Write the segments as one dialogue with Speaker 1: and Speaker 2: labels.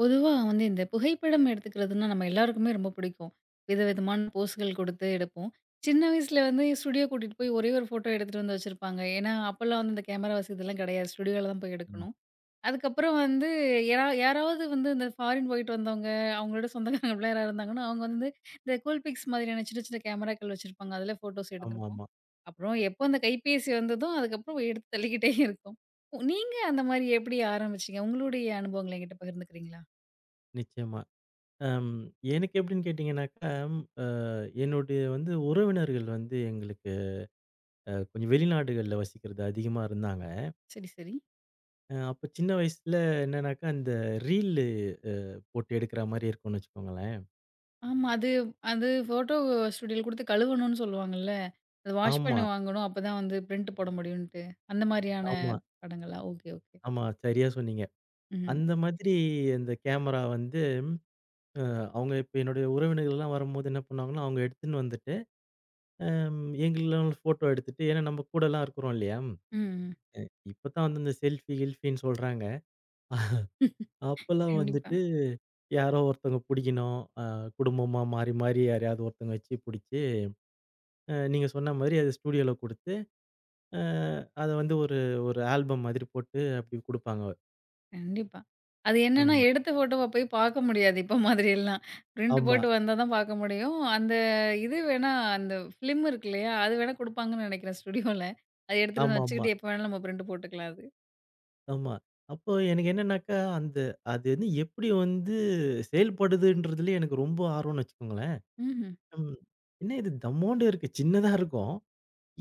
Speaker 1: பொதுவா வந்து இந்த புகைப்படம் எடுத்துக்கிறதுன்னா, நம்ம எல்லாருக்குமே ரொம்ப பிடிக்கும். விதவிதமான போஸ்கள் குடுத்து எடுப்போம். சின்ன வயசுல வந்து ஸ்டுடியோ கூட்டிட்டு போய் ஒரே ஒரு ஃபோட்டோ எடுத்துட்டு வந்து வச்சிருப்பாங்க. ஏன்னா, அப்பலாம் வந்து இந்த கேமரா வசதிலாம் கிடையாது. ஸ்டுடியோல தான் போய்
Speaker 2: ஆமா.
Speaker 1: எடுக்கணும். அதுக்கப்புறம் வந்து யாரா யாராவது வந்து இந்த ஃபாரின் போயிட்டு வந்தவங்க, அவங்களோட சொந்தக்காரங்கலாம் யாராவது இருந்தாங்கன்னா, அவங்க வந்து இந்த கூல்பிக்ஸ் மாதிரியான சின்ன சின்ன கேமராக்கள் வச்சிருப்பாங்க. அதில ஃபோட்டோஸ் எடுத்திருப்போம்.
Speaker 2: ஆமாமா.
Speaker 1: அப்புறம் எப்போ அந்த கைபேசி வந்ததோ, அதுக்கப்புறம் எடுத்து தள்ளிக்கிட்டே இருக்கோம். நீங்க அந்த மாரி எப்படி ஆரம்பிச்சீங்க? உங்களுடைய அனுபவங்கள என்கிட்ட பகிர்ந்துக்கிறீங்களா?
Speaker 2: நிச்சயமா. அம் எனக்கு எப்படின்னு கேட்டீங்கன்னாக்கா, அ என்னுடைய வந்து உறவினர்கள் வந்து எங்களுக்கு கொஞ்சம் வெளிநாடுகள்ல வசிக்கிறது அதிகமா இருந்தாங்க.
Speaker 1: சரி, சரி.
Speaker 2: அப்ப சின்ன வயசுல என்னன்னாக்கா, அந்த ரீல்லு போட்டு எடுக்கிற மாரி இருக்கும்னு வச்சுக்கோங்களேன்.
Speaker 1: ஆமா. அது அது ஃபோட்டோ ஸ்டுடியோல குடுத்து கழுவணும்னு சொல்லுவாங்கல்ல. அது வாஷ் பண்ணி
Speaker 2: ஆமா,
Speaker 1: வாங்கணும். அப்பதான் வந்து பிரிண்ட் போட முடியும்ன்ட்டு. அந்த மாரியான
Speaker 2: ஆமா,
Speaker 1: படங்களா? Okay, okay.
Speaker 2: ஆமா. சரியா சொன்னீங்க.
Speaker 1: ம்.
Speaker 2: அந்த மாதிரி அந்த கேமரா வந்து அ அவங்க இப்ப என்னுடைய உறவினர்கள்லாம் வரும்போது என்ன பண்ணுவாங்கன்னா, அவங்க எடுத்துன்னு வந்துட்டு, எங்கள ஃபோட்டோ எடுத்துட்டு ஏன்னா நம்ம கூடலாம் இருக்கிறோம் இல்லையா?
Speaker 1: ம்.
Speaker 2: இப்ப தான் வந்து இந்த செல்ஃபி கில்ஃபின்னு சொல்றாங்க. அப்பல்லாம்
Speaker 1: கண்டிப்பா,
Speaker 2: வந்துட்டு யாரோ ஒருத்தவங்க புடிக்கணும். குடும்பமா மாறி, மாறி யாரையாவது ஒருத்தவங்க வச்சு புடிச்சு, நீங்க சொன்ன மாதிரி அத ஸ்டூடியோல குடுத்து, அ அத வந்து ஒரு ஒரு ஆல்பம் மாதிரி போட்டு அப்படி குடுப்பாங்க.
Speaker 1: கண்டிப்பா. அது என்னன்னா,
Speaker 2: ம்.
Speaker 1: எடுத்த ஃபோட்டோவ போய் பார்க்க முடியாது. இப்ப மாதிரி எல்லாம். பிரிண்ட்
Speaker 2: ஆமா.
Speaker 1: போட்டு வந்தா தான் பார்க்க முடியும். அந்த இது வேணா அந்த ஃபிலிம் இருக்கு இல்லையா? அது வேணா குடுப்பாங்கன்னு நெனைக்கிறேன் ஸ்டுடியோல. அத எடுத்துட்டு வந்து
Speaker 2: ஆமாமா. ஆமா.
Speaker 1: வச்சுக்கிட்டு எப்ப வேணாலும் நம்ம பிரிண்ட் போட்டுக்கலாம் அது.
Speaker 2: ஆமா, அப்போ எனக்கு என்னன்னாக்கா, அந்த அது வந்து எப்படி வந்து செயல்படுதுன்றதுல எனக்கு ரொம்ப ஆர்வம்னு வச்சுக்கோங்களேன்.
Speaker 1: ம்ஹ்ம்.
Speaker 2: ம். என்ன இது தம்மோண்டு இருக்கு. சின்னதா இருக்கும்.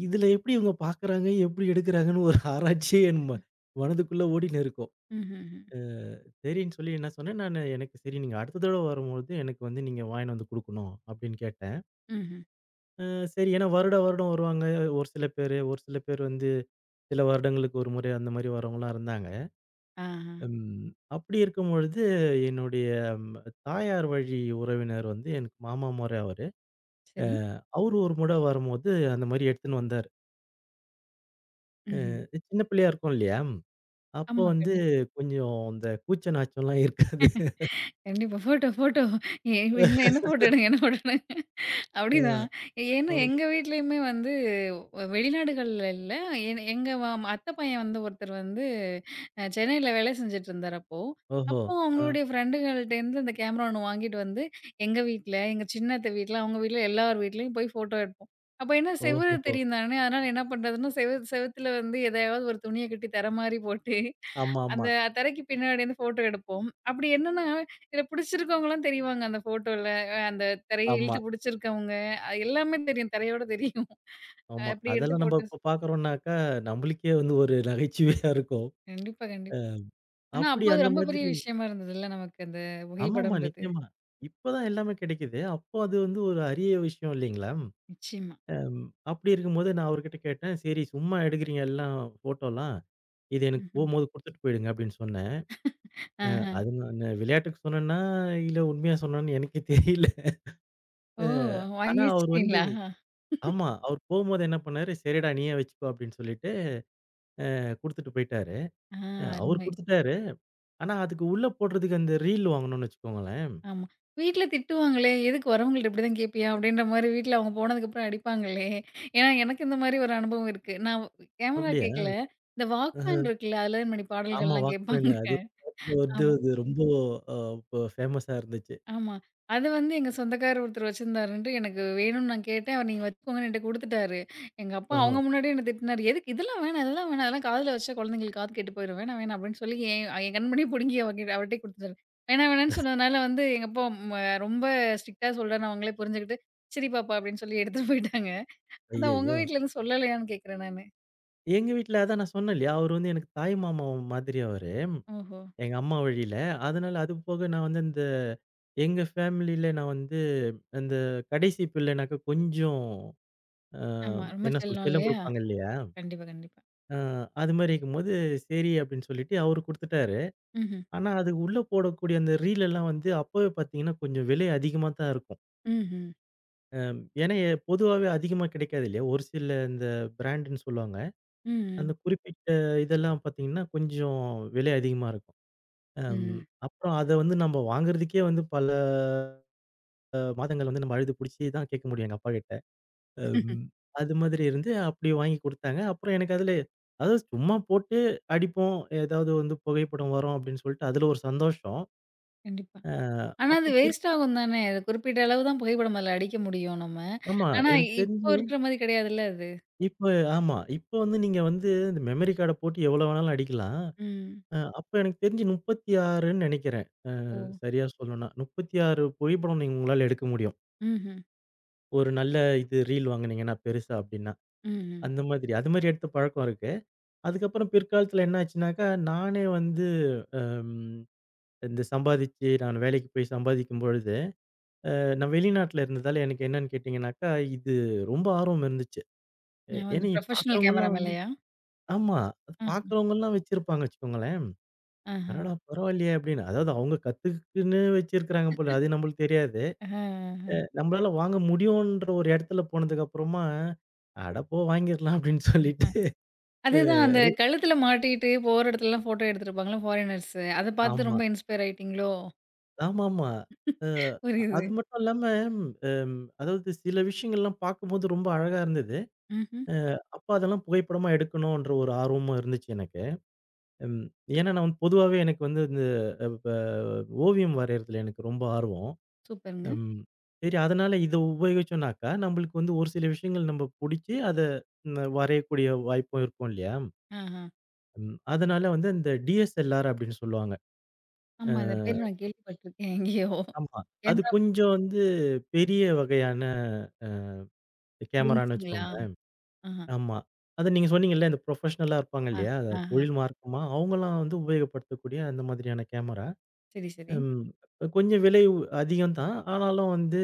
Speaker 2: இதுல எப்படி இவங்க பாக்குறாங்க, எப்படி எடுக்குறாங்கன்னு ஒரு ஆராய்ச்சியே என் மனதுக்குள்ள ஓடின்னு இருக்கும்.
Speaker 1: ம்ஹ்ஹ்ம்.
Speaker 2: அ சரின்னு சொல்லி என்ன சொன்னேன், நானு எனக்கு சரி நீங்க அடுத்த தடவ வரும்பொழுது எனக்கு வந்து நீங்க வாங்கின்னு வந்து குடுக்கணும் அப்படின்னு கேட்டேன்.
Speaker 1: ம்ஹ்ம்.
Speaker 2: சரி ஏன்னா வருடா வருடம் வருவாங்க. ஒரு சில பேரு, ஒரு சில பேர் வந்து சில வருடங்களுக்கு ஒரு முறை அந்த மாரி வரவங்கலாம் இருந்தாங்க.
Speaker 1: ஆஹா.
Speaker 2: ம் அப்படி இருக்கும்பொழுது என்னுடைய ம் தாயார் வழி உறவினர் வந்து எனக்கு மாமா மொறை அவரு. அ
Speaker 1: சரி.
Speaker 2: அவரு ஒரு முறை வரும்போது அந்த மாரி எடுத்துன்னு வந்தாரு.
Speaker 1: ம்ஹ்ம்.
Speaker 2: சின்ன பிள்ளையா இருக்கும் இல்லையா? அப்போ
Speaker 1: ஆமா.
Speaker 2: வந்து
Speaker 1: கண்டிப்பா.
Speaker 2: கொஞ்சம் இந்த கூச்ச நாச்சம்லாம் இருக்காது.
Speaker 1: கண்டிப்பா. Photo, photo. எ என்ன என்ன ஃபோட்டோ எடுங்க, என்ன ஃபோட்டோ எடுங்க.
Speaker 2: அ
Speaker 1: அப்படிதான். ஏன்னா
Speaker 2: ஓ,
Speaker 1: எங்க வீட்லயுமே வந்து வெளிநாடுகள்ல இல்ல. என் எங்க வ அத்தை பையன் வந்து ஒருத்தர் வந்து சென்னையில வேலை செஞ்சுட்டு இருந்தார் அப்போ.
Speaker 2: ஓஹோ!
Speaker 1: அப்போ
Speaker 2: அ
Speaker 1: அவங்களுடைய ஃப்ரெண்டுகள்ட்டேருந்து அந்த கேமரா ஒண்ணு வாங்கிட்டு வந்து, எங்க வீட்ல, எங்க சின்ன அத்தை வீட்ல, அவங்க வீட்ல எல்லார் வீட்லயும் போய் ஃபோட்டோ எடுப்போம். அப்ப என்ன செவுரு
Speaker 2: ஓஹோஹோ!
Speaker 1: தெரியும் தானே! அதனால என்ன பண்றதுன்னா, செவுத்துல வந்து எதையாவது ஒரு துணிய கட்டி தர மாரி போட்டு, அந்த
Speaker 2: ஆமாமா.
Speaker 1: தரைக்கு பின்னாடி இருந்து ஃபோட்டோ எடுப்போம். அப்படி என்னன்னா, இதில பிடிச்சிருக்கவங்கலாம் தெரிவாங்க அந்த ஃபோட்டோல. அந்த திரைய
Speaker 2: ஆமா,
Speaker 1: இழுத்து புடிச்சிருக்கவங்க, அது எல்லாமே தெரியும். திரையோட தெரியும்.
Speaker 2: ஆமா.
Speaker 1: அப்படி எடுத்து
Speaker 2: அதெல்லாம் நம்ம
Speaker 1: போட்டு
Speaker 2: இப்ப பார்க்குறோம்னாக்கா, நம்மளுக்கே வந்து ஒரு நகைச்சுவையா இருக்கும்.
Speaker 1: கண்டிப்பா,
Speaker 2: அ
Speaker 1: கண்டிப்பா. ஆனா,
Speaker 2: அப்படி
Speaker 1: அப்ப அது
Speaker 2: அந்த
Speaker 1: ரொம்ப பெரிய
Speaker 2: மாதிரி
Speaker 1: விஷயமா இருந்ததுல்ல நமக்கு அந்த
Speaker 2: ஆமாமா,
Speaker 1: புகைப்படம்ன்றது.
Speaker 2: நிச்சயமா. இப்ப தான் எல்லாமே கிடைக்குது. அப்போ அது வந்து ஒரு அரிய விஷயம் இல்லைங்களா?
Speaker 1: நிச்சயமா.
Speaker 2: அம் அப்படி இருக்கும்போது நான் அவர்கிட்ட கேட்டேன், "சரி சும்மா எடுக்குறீங்க எல்லாம் ஃபோட்டோலாம், இது எனக்கு
Speaker 1: ம்ஹ்ம்.
Speaker 2: போம்போது குடுத்துட்டு போயிடுங்க" அப்படின்னு சொன்னேன். அ
Speaker 1: ஆஹ.
Speaker 2: அது நானு விளையாட்டுக்கு சொன்னேன்னா, இல்ல உண்மையா சொன்னேனான்னு எனக்கே தெரியல.
Speaker 1: ஓ!
Speaker 2: அ
Speaker 1: வாங்கி
Speaker 2: ஆனா அவர் வந்து
Speaker 1: வச்சுட்டீங்களா?
Speaker 2: ஆமா, அவர் போம்போது என்ன பண்ணாரு, "சரிடா நீயே வச்சுக்கோ" அப்படின்னு சொல்லிட்டு குடுத்துட்டு போயிட்டாரு.
Speaker 1: ஆ
Speaker 2: அவர்
Speaker 1: அருமை.
Speaker 2: குடுத்துட்டாரு. ஆனா, அதுக்கு உள்ள போடுறதுக்கு அந்த ரீல் வாங்கணும்னு வச்சுக்கோங்களேன்.
Speaker 1: ஆமா. வீட்ல திட்டுவாங்களே, "எதுக்கு வரவங்கள்ட்ட இப்படிதான் கேட்பியா?" அப்படின்ற மாரி வீட்ல அவங்க போனதுக்கப்புறம் அடிப்பாங்களே. ஏன்னா, எனக்கு இந்த மாரி ஒரு அனுபவம் இருக்கு. நான் கேமரா
Speaker 2: அப்படியா?
Speaker 1: கேட்கல. இந்த வாக்மேன்
Speaker 2: அஹ.
Speaker 1: இருக்குல்ல, அதுல 2 மணி
Speaker 2: ஆமா,
Speaker 1: பாடல்கள்லாம்
Speaker 2: வாக்மேன்.
Speaker 1: கேட்பாங்க.
Speaker 2: அது ஒரு காலத்துல வந்து
Speaker 1: ஆமா.
Speaker 2: அது ரொம்ப அ ப ஃபேமஸா இருந்துச்சு.
Speaker 1: ஆமா. அது வந்து எங்க சொந்தக்காரர் ஒருத்தர் வச்சிருந்தாருன்ட்டு எனக்கு வேணும்னு நான் கேட்டேன். அவரு நீங்க வச்சுக்கோங்கன்னு என்ட்ட குடுத்துட்டாரு. எங்க அப்பா
Speaker 2: ஓஹோ!
Speaker 1: அவங்க முன்னாடியே என்ன திட்டினாரு. "எதுக்கு இதெல்லாம் வேணாம், இதெல்லாம் வேணாம். அதெல்லாம் காதுல வச்சா குழந்தைங்களுக்கு காது கெட்டு போயிரும். வேணாம், வேணாம்." அப்படின்னு சொல்லி என் என் கண்முன்னே புடுங்கி அவர்கிட்ட அவர்ட்டயே குடுத்துட்டாரு. வேணாம், வேணாம்ன்னு சொன்னதுனால வந்து எங்க அப்பா ம ரொம்ப ஸ்ட்ரிக்ட்டா சொல்றாருன்னு அவங்களே புரிஞ்சுகிட்டு, "சரி பாப்பா" அப்படின்னு சொல்லி எடுத்துட்டு போயிட்டாங்க. அதான் உங்க
Speaker 2: ஐயய்யோ!
Speaker 1: வீட்ல எதுவும் சொல்லலையான்னு கேட்கிறேன் நானு.
Speaker 2: எங்க வீட்ல அதான் நான் சொன்னேன் இல்லையா, அவரு வந்து எனக்கு தாய் மாமா மாதிரி அவரு.
Speaker 1: ஓஹோ!
Speaker 2: எங்க அம்மா வழியில. அதனால அது போக நான் வந்து இந்த எங்க ஃபேமிலியில நான் வந்து அந்த கடைசி பிள்ளைனாக்கா கொஞ்சம் அ
Speaker 1: ஆமா. ரொம்ப
Speaker 2: என்ன சொல்றது,
Speaker 1: செல்லம்
Speaker 2: செல்லம்
Speaker 1: இல்லையா?
Speaker 2: குடுப்பாங்க இல்லையா?
Speaker 1: கண்டிப்பா, கண்டிப்பா.
Speaker 2: அ அது மாரி இருக்கும்போது, சரி அப்படின்னு சொல்லிட்டு அவரு குடுத்துட்டாரு.
Speaker 1: ம்ஹ்ம்.
Speaker 2: ஆனா, அது உள்ள போடக்கூடிய அந்த ரீல் எல்லாம் வந்து அப்பவே பார்த்தீங்கன்னா, கொஞ்சம் விலை அதிகமா தான் இருக்கும்.
Speaker 1: ம்ஹ்ம்.
Speaker 2: ஏன்னா, பொதுவாவே அதிகமா கிடைக்காது இல்லையா? ஒரு சில இந்த பிராண்டுன்னு சொல்லுவாங்க.
Speaker 1: ம்.
Speaker 2: அந்த குறிப்பிட்ட இதெல்லாம் பார்த்தீங்கன்னா, கொஞ்சம் விலை அதிகமா இருக்கும். அம்
Speaker 1: ம்.
Speaker 2: அப்புறம் அத வந்து நம்ம வாங்குறதுக்கே வந்து பல மாதங்கள் வந்து நம்ம அழுது புடிச்சு தான் கேட்க முடியும் எங்க அப்பாகிட்ட.
Speaker 1: ம்
Speaker 2: அம் அது மாதிரி இருந்து அப்படி வாங்கி குடுத்தாங்க. அப்புறம் எனக்கு அதுல அதாவது சும்மா போட்டு அடிப்போம். ஏதாவது வந்து புகைப்படம் வரும் அப்படின்னு சொல்லிட்டு அதுல ஒரு சந்தோஷம்.
Speaker 1: கண்டிப்பா.
Speaker 2: அ
Speaker 1: ஆனா, அது
Speaker 2: அப்புறம் பிற்
Speaker 1: வேஸ்ட் ஆகும் தானே! அது குறிப்பிட்ட அளவு தான் புகைப்படம் அதில அடிக்க முடியும் நம்ம.
Speaker 2: ஆமா.
Speaker 1: ஆனா,
Speaker 2: எனக்கு
Speaker 1: இப்போ
Speaker 2: தெரிஞ்சு
Speaker 1: இருக்கிற மாரி கிடையாதுல்ல அது.
Speaker 2: இப்ப ஆமா. இப்ப வந்து நீங்க வந்து இந்த மெமரி கார்ட போட்டு எவ்வளோ வேணாலும் அடிக்கலாம்.
Speaker 1: ம்.
Speaker 2: அப்ப எனக்கு தெரிஞ்சு 36ன்னு நெனைக்கிறேன்.
Speaker 1: ஓ!
Speaker 2: சரியா சொல்லணும்னா. 36 புகைப்படம் நீங்க உங்களால எடுக்க முடியும்.
Speaker 1: ம்ஹ்ம்.
Speaker 2: ஒரு நல்ல இது ரீல் வாங்குனீங்கன்னா பெருசா அப்டின்னா.
Speaker 1: ம்ஹ்ம்.
Speaker 2: அந்த மாதிரி. அது மாரி எடுத்த பழக்கம் இருக்கு. அதுக்கப்புறம் பிற்காலத்துல என்ன ஆச்சுனாக்கா, நானே வந்து ம் இந்த சம்பாதிச்சு நான் வேலைக்கு போய் சம்பாதிக்கும் பொழுது, நான் வெளிநாட்ல இருந்ததால எனக்கு என்னன்னு கேட்டீங்கன்னாக்கா, இது ரொம்ப ஆர்வம் இருந்துச்சு.
Speaker 1: வந்து
Speaker 2: ஏன்னா
Speaker 1: ப்ரொஃபஷனல் கேமரா
Speaker 2: பார்க்குறவங்கலாம்
Speaker 1: மேலயா?
Speaker 2: ஆமா. அது
Speaker 1: அஹ்,
Speaker 2: பாக்குறவங்கலாம் வச்சிருப்பாங்க வச்சுக்கோங்களேன்.
Speaker 1: ஆஹா.
Speaker 2: அடடா! பரவாயில்லையே அப்படின்னு. அதாவது அவங்க கத்துக்குன்னு வச்சிருக்கிறாங்க போல. அது நம்மளுக்கு தெரியாது.
Speaker 1: அஹ, அஹ,
Speaker 2: நம்மளால வாங்க முடியுன்ற ஒரு இடத்துல போனதுக்கு அப்புறமா, அட போ வாங்கிரலாம் அப்படின்னு சொல்லிட்டு
Speaker 1: அஹ.
Speaker 2: அ
Speaker 1: அதுதான் அந்த
Speaker 2: ரெ
Speaker 1: கழுத்துல மாட்டிட்டு போற இடத்துலலாம் ஃபோட்டோ எடுத்துருப்பாங்கல்ல ஃபாரினர்ஸு. அத பார்த்து
Speaker 2: ஆமா.
Speaker 1: ரொம்ப இன்ஸ்பயர் ஆயிட்டீங்களோ?
Speaker 2: ஆமாமா. அ அது
Speaker 1: புரியுது.
Speaker 2: மட்டும் இல்லாம அம் அதாவது சில விஷயங்கள்லாம் பார்க்கும்போது ரொம்ப அழகா இருந்தது.
Speaker 1: ம்ஹ்ம்.
Speaker 2: அ அப்ப அதெல்லாம் புகைப்படமா எடுக்கணுன்ற ஒரு ஆர்வமும் இருந்துச்சு எனக்கு. ம். ஏன்னா நான் வந்து பொதுவாவே எனக்கு வந்து இந்த அ ப ஓவியம் வரையறதுல எனக்கு ரொம்ப ஆர்வம்.
Speaker 1: சூப்பருங்க.
Speaker 2: ம். சரி அதனால இத உபயோகிச்சோம்னாக்கா, நம்மளுக்கு வந்து ஒரு சில விஷயங்கள் நம்ம புடிச்சு அத வரையக்கூடிய வாய்ப்பும் இருக்கும் இல்லையா?
Speaker 1: ஆஹா.
Speaker 2: ம். அதனால வந்து அந்த டிஎஸ்எல்ஆர் அப்படின்னு சொல்லுவாங்க. அ
Speaker 1: ஆமா. இந்த பேரு நான் கேள்விப்பட்டுருக்கேன் எங்கேயோ.
Speaker 2: ஆமா. அது
Speaker 1: கேமராமேன்
Speaker 2: கொஞ்சம் வந்து பெரிய வகையான கேமரான்னு
Speaker 1: லின்ஸுங்களா?
Speaker 2: வச்சுக்கோங்களேன்.
Speaker 1: ஆஹா.
Speaker 2: ஆமா. அத நீங்க சொன்னீங்கல்ல இந்த புரொஃபஷனலா இருப்பாங்க
Speaker 1: ஆ,
Speaker 2: இல்லையா? அது
Speaker 1: ஆஹா.
Speaker 2: தொழில் மார்க்கமா அவங்கலாம் வந்து உபயோகப்படுத்தக்கூடிய அந்த மாதிரியான கேமரா.
Speaker 1: சரி, சரி.
Speaker 2: ம். கொஞ்சம் விலை அதிகம் தான். ஆனாலும் வந்து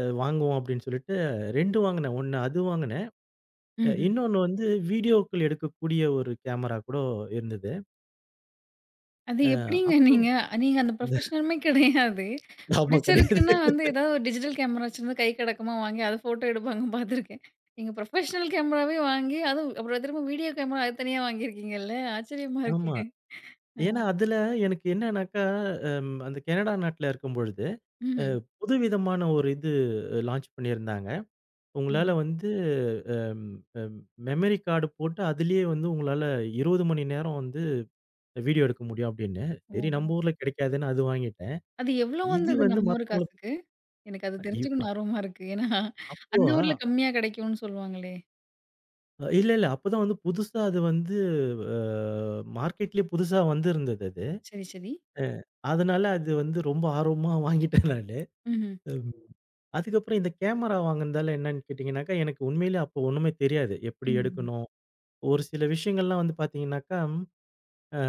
Speaker 2: வாங்குவோம் அப்படின்னு சொல்லிட்டு 2 வாங்குனேன். 1 அது வாங்குனேன்.
Speaker 1: ம்ஹ்ம்.
Speaker 2: இன்னொன்னு வந்து வீடியோக்கள் எடுக்கக்கூடிய ஒரு கேமரா கூட இருந்தது.
Speaker 1: அது
Speaker 2: அ
Speaker 1: எப்படிங்க
Speaker 2: அப்போ
Speaker 1: நீங்க? நீங்க அந்த ப்ரொஃபஷனலுமே கிடையாது.
Speaker 2: ஆமா கிடையாது.
Speaker 1: புடிச்சிருக்குன்னா வந்து ஏதாவது ஒரு டிஜிட்டல் கேமரா வச்சிருந்து கை கடக்கமா வாங்கி அத ஃபோட்டோ எடுப்பாங்க பார்த்துருக்கேன். நீங்க ப்ரொஃபஷனல் கேமராவே வாங்கி அதுவும் அப்புறம் திரும்ப வீடியோ கேமரா அது தனியா வாங்கியிருக்கீங்கல்ல? ஆச்சரியமா
Speaker 2: ஆமா.
Speaker 1: இருக்கு. அ.
Speaker 2: ஏன்னா அதுல எனக்கு என்னன்னாக்கா, அந்த கனடா நாட்டுல இருக்கும்பொழுது, அ
Speaker 1: ம்ஹ்ம்.
Speaker 2: புதுவிதமான ஒரு இது லான்ச் பண்ணியிருந்தாங்க. உங்களால
Speaker 1: ம்.
Speaker 2: வந்து அம் அம் மெமரி கார்டு போட்டு அதிலேயே வந்து உங்களால 20 மணி நேரம் வந்து வீடியோ எடுக்க முடியும் அப்படின்னு. சரி
Speaker 1: ஓஹோ!
Speaker 2: நம்ம ஊர்ல கிடைக்காதுன்னு அது வாங்கிட்டேன்.
Speaker 1: அது எவ்ளோ
Speaker 2: இது
Speaker 1: வந்தது
Speaker 2: வந்து
Speaker 1: நம்ம ஊரு
Speaker 2: மத்தவங்களுக்கு
Speaker 1: காசுக்கு? எனக்கு அது
Speaker 2: இ
Speaker 1: தெரிஞ்சுக்கணும்னு ஆர்வமா இருக்கு. ஏன்னா
Speaker 2: அப்போ
Speaker 1: அந்த ஊர்ல கம்மியா கிடைக்கும்னு சொல்லுவாங்களே!
Speaker 2: அ இல்ல, இல்ல. அப்பதான் வந்து புதுசா அது வந்து அ மார்க்கெட்லயே புதுசா வந்திருந்தது அது.
Speaker 1: சரி, சரி.
Speaker 2: அ அதனால அது வந்து ரொம்ப ஆர்வமா வாங்கிட்டேன் நானு.
Speaker 1: ம்ஹ்ம்.
Speaker 2: ம். அதுக்கப்புறம் இந்த கேமரா வாங்குனதால என்னன்னு கேட்டீங்கன்னாக்கா, எனக்கு உண்மையிலேயே அப்போ ஒண்ணுமே தெரியாது. எப்படி
Speaker 1: ம்.
Speaker 2: எடுக்கணும்? ஒரு சில விஷயங்கள்லாம் வந்து பார்த்தீங்கன்னாக்கா, அ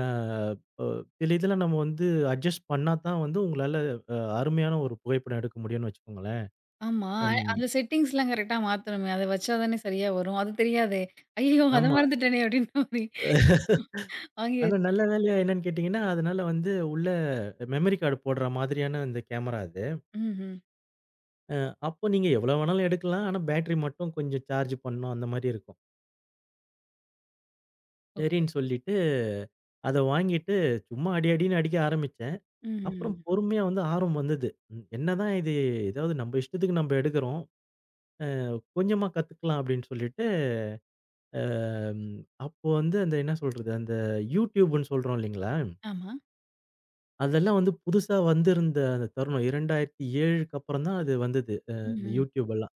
Speaker 2: அ சில இதெல்லாம் நம்ம வந்து அட்ஜஸ்ட் பண்ணா தான் வந்து உங்களால அருமையான ஒரு புகைப்படம் எடுக்க முடியும்னு வச்சுக்கோங்களேன்.
Speaker 1: ஆமா.
Speaker 2: ம்.
Speaker 1: அந்த செட்டிங்ஸ்லாம் கரெக்ட்டா மாத்தணுமே. அத வச்சா தானே சரியா வரும். அது தெரியாதே! ஐயய்யோ! அத
Speaker 2: ஆமா.
Speaker 1: மறந்துட்டேனே! அப்டின்ற மாரி வாங்கி
Speaker 2: ஆனா
Speaker 1: வச்சு
Speaker 2: நல்ல வேலையா என்னன்னு கேட்டீங்கன்னா, அதனால வந்து உள்ள மெமரி கார்டு போடுற மாதிரியான இந்த கேமரா அது.
Speaker 1: ம்ஹ்ம்.
Speaker 2: அப்போ நீங்க எவ்வளோ வேணாலும் எடுக்கலாம். ஆனா பேட்டரி மட்டும் கொஞ்சம் சார்ஜ் பண்ணணும் அந்த மாரி இருக்கும்.
Speaker 1: ஓகே.
Speaker 2: சரின்னு சொல்லிட்டு அத வாங்கிட்டு சும்மா அடி அடின்னு அடிக்க ஆரம்பிச்சேன்.
Speaker 1: ம்ஹ்ம்.
Speaker 2: அப்புறம் பொறுமையா வந்து ஆர்வம் வந்தது. ம் என்னதான் இது ஏதாவது நம்ம இஷ்டத்துக்கு நம்ம எடுக்கிறோம். அ கொஞ்சமா கத்துக்கலாம் அப்படின்னு சொல்லிட்டு, அம் அப்போ வந்து அந்த என்ன சொல்றது அந்த YouTubeன்னு சொல்றோம் இல்லைங்களா?
Speaker 1: ஆமா.
Speaker 2: அதெல்லாம் வந்து புதுசா வந்திருந்த அந்த தருணம் 2007க்கு அப்புறம் தான் அது வந்தது. இந்த
Speaker 1: ம்ஹ்ம்.
Speaker 2: YouTubeலாம்.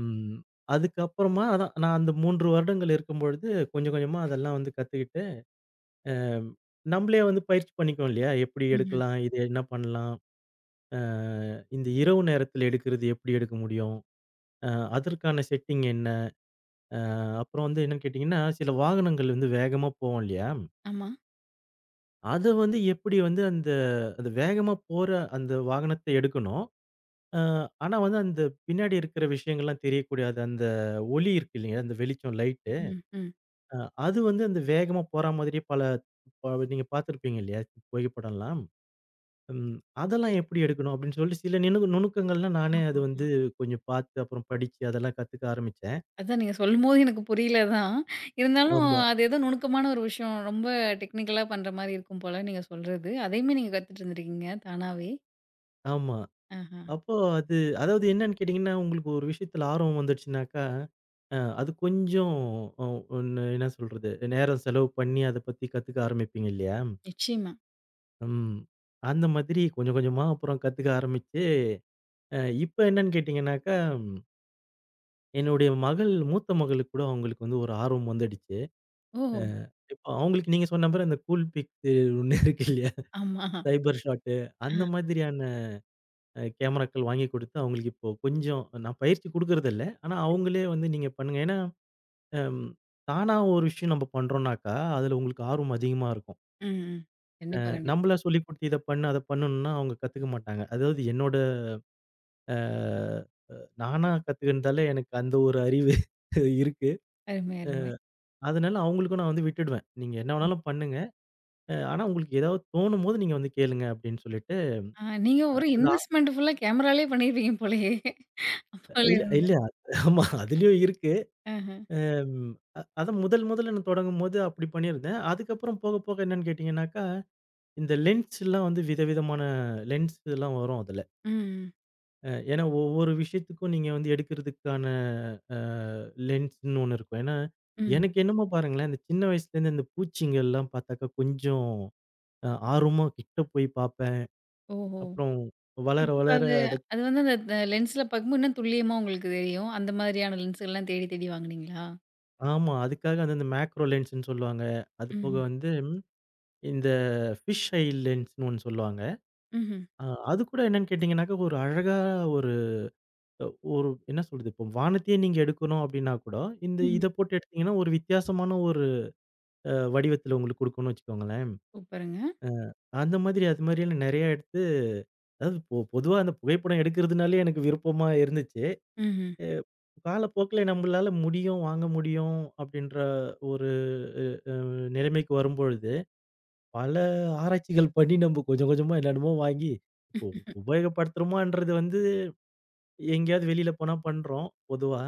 Speaker 2: ம். அதுக்கப்புறமா அதான் நான் அந்த 3 வருடங்கள் இருக்கும்பொழுது, கொஞ்சம் கொஞ்சமா அதெல்லாம் வந்து கத்துக்கிட்டு, நம்மளே வந்து பயிற்சி பண்ணிக்குவோம் இல்லையா? எப்படி
Speaker 1: ம்ஹ்ம்.
Speaker 2: எடுக்கலாம்? இது என்ன பண்ணலாம்? அ இந்த இரவு நேரத்தில எடுக்கிறது எப்படி எடுக்க முடியும்? அ அதற்கான செட்டிங் என்ன? அப்புறம் வந்து என்னன்னு கேட்டீங்கன்னா, சில வாகனங்கள் வந்து வேகமா போகும் இல்லையா?
Speaker 1: ஆமா.
Speaker 2: அத வந்து எப்படி வந்து அந்த அந்த வேகமா போற அந்த வாகனத்த எடுக்கணும். அ ஆனா வந்து அந்த பின்னாடி இருக்கிற விஷயங்கள்லாம் தெரியக்கூடாது. அந்த ஒளி இருக்கு இல்லையா? அந்த வெளிச்சம் லைட்.
Speaker 1: ம்ஹ்ம். ம்.
Speaker 2: அ அது வந்து அந்த வேகமா போற மாதிரி பல நீங்க பார்த்துருப்பீங்க இல்லையா? புகைப்படம்லாம். ம் அதெல்லாம்
Speaker 1: புரியுது.
Speaker 2: எப்படி எடுக்கணும் அப்படின்னு சொல்லி சில நுணுக்கங்கள்லாம் நானே அது
Speaker 1: ஆமா.
Speaker 2: வந்து கொஞ்சம் பார்த்து அப்புறம் படிச்சு அதெல்லாம் கத்துக்க ஆரம்பிச்சேன்.
Speaker 1: அதான் நீங்க சொல்லும்போது எனக்கு புரியல தான். இருந்தாலும்
Speaker 2: ஆமா,
Speaker 1: அது ஏதோ நுணுக்கமான ஒரு விஷயம். ரொம்ப டெக்னிக்கலா பண்ற மாரி இருக்கும் போல நீங்க சொல்றது. அதையுமே நீங்க கத்துட்டு இருந்திருக்கீங்க தானாவே.
Speaker 2: ஆமா.
Speaker 1: ஆஹா.
Speaker 2: அப்போ அது அதாவது என்னன்னு கேட்டீங்கன்னா, உங்களுக்கு ஒரு விஷயத்துல ஆர்வம் வந்துடுச்சுனாக்கா, அது கொஞ்சம் ஒ ஒண்ணு என்ன சொல்றது? நேரம் செலவு பண்ணி அத பத்தி கத்துக்க ஆரம்பிப்பீங்க இல்லையா?
Speaker 1: நிச்சயமா.
Speaker 2: ம். அந்த மாதிரி கொஞ்சம் கொஞ்சமா அப்புறம் கத்துக்க ஆரம்பிச்சு, அ இப்ப என்னன்னு கேட்டீங்கன்னாக்கா என்னுடைய மகள், மூத்த மகளுக்கு கூட அவங்களுக்கு வந்து ஒரு ஆர்வம் வந்துடுச்சு. அ
Speaker 1: ஓ!
Speaker 2: இப்ப அவங்களுக்கு நீங்க சொன்ன மாரி அந்த கூல் பிக்ஸ் ஒண்ணு இருக்கு இல்லையா?
Speaker 1: ஆமா.
Speaker 2: சைபர் ஷாட்
Speaker 1: ஆ.
Speaker 2: அந்த மாதிரியான கேமராக்கள் வாங்கி கொடுத்து அவங்களுக்கு இப்போ கொஞ்சம் நான் பயிற்சி குடுக்குறதில்ல. ஆனா
Speaker 1: சரி.
Speaker 2: அவங்களே வந்து நீங்க பண்ணுங்க. ஏன்னா, அம் தானா ஒரு விஷயம் நம்ம பண்றோம்னாக்கா, அதுல உங்களுக்கு ஆர்வம் அதிகமா இருக்கும்.
Speaker 1: ம். ம். கண்டிப்பா, கண்டிப்பா.
Speaker 2: நம்மளா சொல்லிக் குடுத்து இத பண்ணு, அத பண்ணுன்னா அவங்க கத்துக்க மாட்டாங்க. அதாவது என்னோட அ நானா கத்துக்கினதால எனக்கு அந்த ஒரு அறிவு இருக்கு.
Speaker 1: அருமை, அருமை.
Speaker 2: அதனால அவங்களுக்கும் நான் வந்து விட்டுடுவேன். நீங்க என்ன வேணாலும் பண்ணுங்க. ஆனா உங்களுக்கு ஏதாவது தோணும்போது நீங்க வந்து கேளுங்க அப்படின்னு சொல்லிட்டு,
Speaker 1: ஆ நீங்க ஒரு
Speaker 2: அந்த ஆ
Speaker 1: இன்வெஸ்ட்மெண்ட் ஃபுல்லா கேமராலயே பண்ணிருப்பீங்க போலயே! அப்போலே
Speaker 2: இல்ல, இல்ல. ஆமா அதுலயும் இருக்கு.
Speaker 1: ஆஹ.
Speaker 2: ம் அ அத முதல் முதல்ல நான் தொடங்கும்போது அப்படி பண்ணியிருந்தேன். அதுக்கப்புறம் போக போக என்னன்னு கேட்டீங்கன்னாக்கா, இந்த லென்ஸ்லாம் வந்து விதவிதமான லென்ஸ் எல்லாம் வரும் அதுல.
Speaker 1: ம்,
Speaker 2: ஏன்னா ஒவ்வொரு விஷயத்துக்கும் நீங்க வந்து எடுக்கிறதுக்கான அ லென்ஸ்ன்னு ஒண்ணு இருக்கும். ஏன்னா,
Speaker 1: ம்.
Speaker 2: எனக்கு என்னமோ பாருங்களேன், இந்த சின்ன வயசுலேருந்து இந்த பூச்சிங்கள்லாம் பார்த்தாக்கா கொஞ்சம் ஆர்வமா கிட்ட போய் பார்ப்பேன்.
Speaker 1: ஓஹோ!
Speaker 2: அப்புறம் வளர
Speaker 1: இப்போ
Speaker 2: வளர
Speaker 1: அது
Speaker 2: அத
Speaker 1: அது வந்து அந்த லென்ஸ்ல பார்க்கும்போது இன்னும் துல்லியமா உங்களுக்கு தெரியும். அந்த மாதிரியான லென்ஸ்கள்லாம் தேடி தேடி வாங்குனீங்களா?
Speaker 2: ஆமா. அதுக்காக அந்த இந்த மேக்ரோ லென்ஸ்ன்னு சொல்லுவாங்க. அது போக
Speaker 1: ம்ஹ்ம்,
Speaker 2: வந்து இந்த ஃபிஷ் ஐ லென்ஸ்ன்னு ஒண்ணு சொல்லுவாங்க.
Speaker 1: ம்ஹ்ம்,
Speaker 2: அ அது கூட என்னன்னு கேட்டீங்கன்னாக்க, ஒரு அழகா ஒரு ஒரு என்ன சொல்றது? இப்போ வானத்தையே நீங்க எடுக்கணும் அப்படின்னா கூட, இந்த
Speaker 1: ம்ஹ்ம்.
Speaker 2: இத போட்டு எடுத்தீங்கன்னா, ஒரு வித்தியாசமான ஒரு வடிவத்தில உங்களுக்கு குடுக்கும்னு வச்சுக்கோங்களேன்.
Speaker 1: சூப்பருங்க.
Speaker 2: அந்த மாதிரி அது மாதிரியெல்லாம் நெறையா எடுத்து அதாவது பொதுவா அந்த புகைப்படம் எடுக்கிறதுனாலே எனக்கு விருப்பமா இருந்துச்சு.
Speaker 1: ம்ஹ்ம்,
Speaker 2: அ காலப்போக்குல நம்மளால முடியும், வாங்க முடியும் அப்படின்ற ஒரு அ அ நிலைமைக்கு வரும்பொழுது பல ஆராய்ச்சிகள் பண்ணி நம்ம கொஞ்சம் கொஞ்சமா என்னென்னமோ வாங்கி இப்போ உபயோகப்படுத்துறோமான்றது வந்து எங்கேயாவது வெளியில போனா பண்றோம் பொதுவா.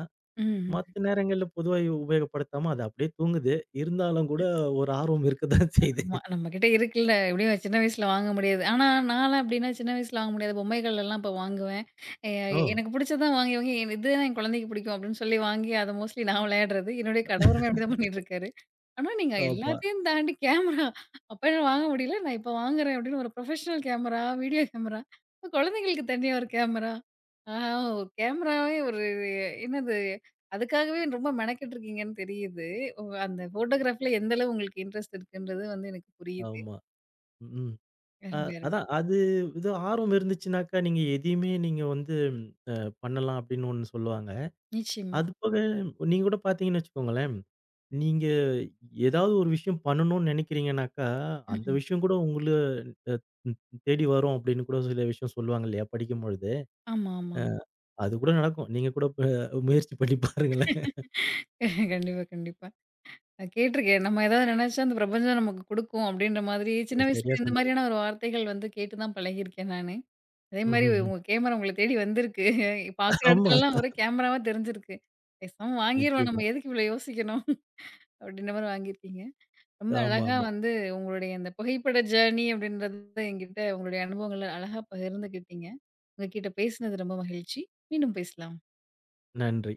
Speaker 1: ம்ஹ்ம்.
Speaker 2: மத்த நேரங்கள்ல பொதுவா உபயோகப்படுத்தாம அது அப்படியே தூங்குது. இருந்தாலும் கூட ஒரு ஆர்வம் இருக்கத்தான் செய்யுது.
Speaker 1: ஆமா. நம்மகிட்ட இருக்குல்ல. எப்படியும் சின்ன வயசுல வாங்க முடியாது. ஆனா, நான்லாம் அப்படின்னா சின்ன வயசுல வாங்க முடியாது. பொம்மைகள் எல்லாம் இப்ப வாங்குவேன். எ
Speaker 2: ஓ!
Speaker 1: எனக்கு பிடிச்சதான் வாங்கி வாங்கி என் இதுதான் என் குழந்தைக்கு பிடிக்கும் அப்படின்னு சொல்லி வாங்கி அத மோஸ்ட்லி நான் விளையாடுறது. என்னுடைய கணவருமே அப்படிதான் பண்ணிட்டு இருக்காரு. ஆனா, நீங்க
Speaker 2: ஆமா,
Speaker 1: எல்லாத்தையும் தாண்டி கேமரா அப்ப என்னால வாங்க முடியல. நான் இப்ப வாங்குறேன் அப்படின்னு ஒரு ப்ரொஃபஷனல் கேமரா, வீடியோ கேமரா. இப்ப குழந்தைங்களுக்கு தனியா ஒரு கேமரா. ஆ ஒரு கேமராவே ஒரு என்னது அதுக்காகவே ரொம்ப மெனக்கெட்டு இருக்கீங்கன்னு தெரியுது. ஓ! அந்த ஃபோட்டோகிராஃபில எந்த அளவு உங்களுக்கு இன்ட்ரெஸ்ட் இருக்குன்றது வந்து எனக்கு புரியுது.
Speaker 2: ஆமா. ம். அ
Speaker 1: அருமை, அருமை.
Speaker 2: அதான் அது இது ஆர்வம் இருந்துச்சுனாக்கா நீங்க எதையுமே நீங்க வந்து ம், அ பண்ணலாம் அப்படின்னு ஒண்ணு சொல்லுவாங்க.
Speaker 1: நிச்சயமா.
Speaker 2: அதுபோக நீங்க கூட பார்த்தீங்கன்னு வச்சுக்கோங்களேன், நீங்க ஏதாவது ஒரு விஷயம் பண்ணணும்னு நினைக்கிறீங்கனாக்கா, அந்த
Speaker 1: ம்ஹ்ம்.
Speaker 2: விஷயம் கூட உங்களுக்கு அ ம் தேடி வரும் அப்படின்னு கூட சில விஷயம் சொல்லுவாங்க இல்லையா? படிக்கும்பொழுது.
Speaker 1: ஆமா, ஆமா, ஆமா.
Speaker 2: அது கூட நடக்கும். நீங்க கூட முயற்சி பண்ணி பாருங்களேன்.
Speaker 1: கண்டிப்பா, கண்டிப்பா. நான் கேட்டுருக்கேன். நம்ம ஏதாவது நினைச்சா அந்த பிரபஞ்சம் நமக்கு கொடுக்கும் அப்படின்ற மாதிரி சின்ன வயசுல
Speaker 2: சரியா
Speaker 1: இந்த
Speaker 2: சொன்னீங்க.
Speaker 1: மாதிரியான ஒரு வார்த்தைகள் வந்து கேட்டு தான் பழகியிருக்கேன் நானு. அதே மாரி
Speaker 2: ம்ஹ்ம்.
Speaker 1: உங்க கேமரா உங்கள தேடி வந்திருக்கு. பார்க்குற
Speaker 2: ஆமா.
Speaker 1: இடத்துலலாம் ஒரே கேமராவா தெரிஞ்சிருக்கு. பேசாம வாங்கிருவோம்
Speaker 2: நிச்சயமா.
Speaker 1: நம்ம எதுக்கு இவ்வளோ யோசிக்கணும் அப்படின்ற மாரி வாங்கியிருக்கீங்க. ரொம்ப அழகா
Speaker 2: ஆமாமா.
Speaker 1: வந்து உங்களுடைய அந்த புகைப்பட ஜேர்னி அப்படின்றத என்கிட்ட உங்களுடைய அனுபவங்கள அழகா பகிர்ந்துக்கிட்டீங்க. உங்ககிட்ட பேசினது ரொம்ப மகிழ்ச்சி. மீண்டும் பேசலாம்.
Speaker 2: நன்றி.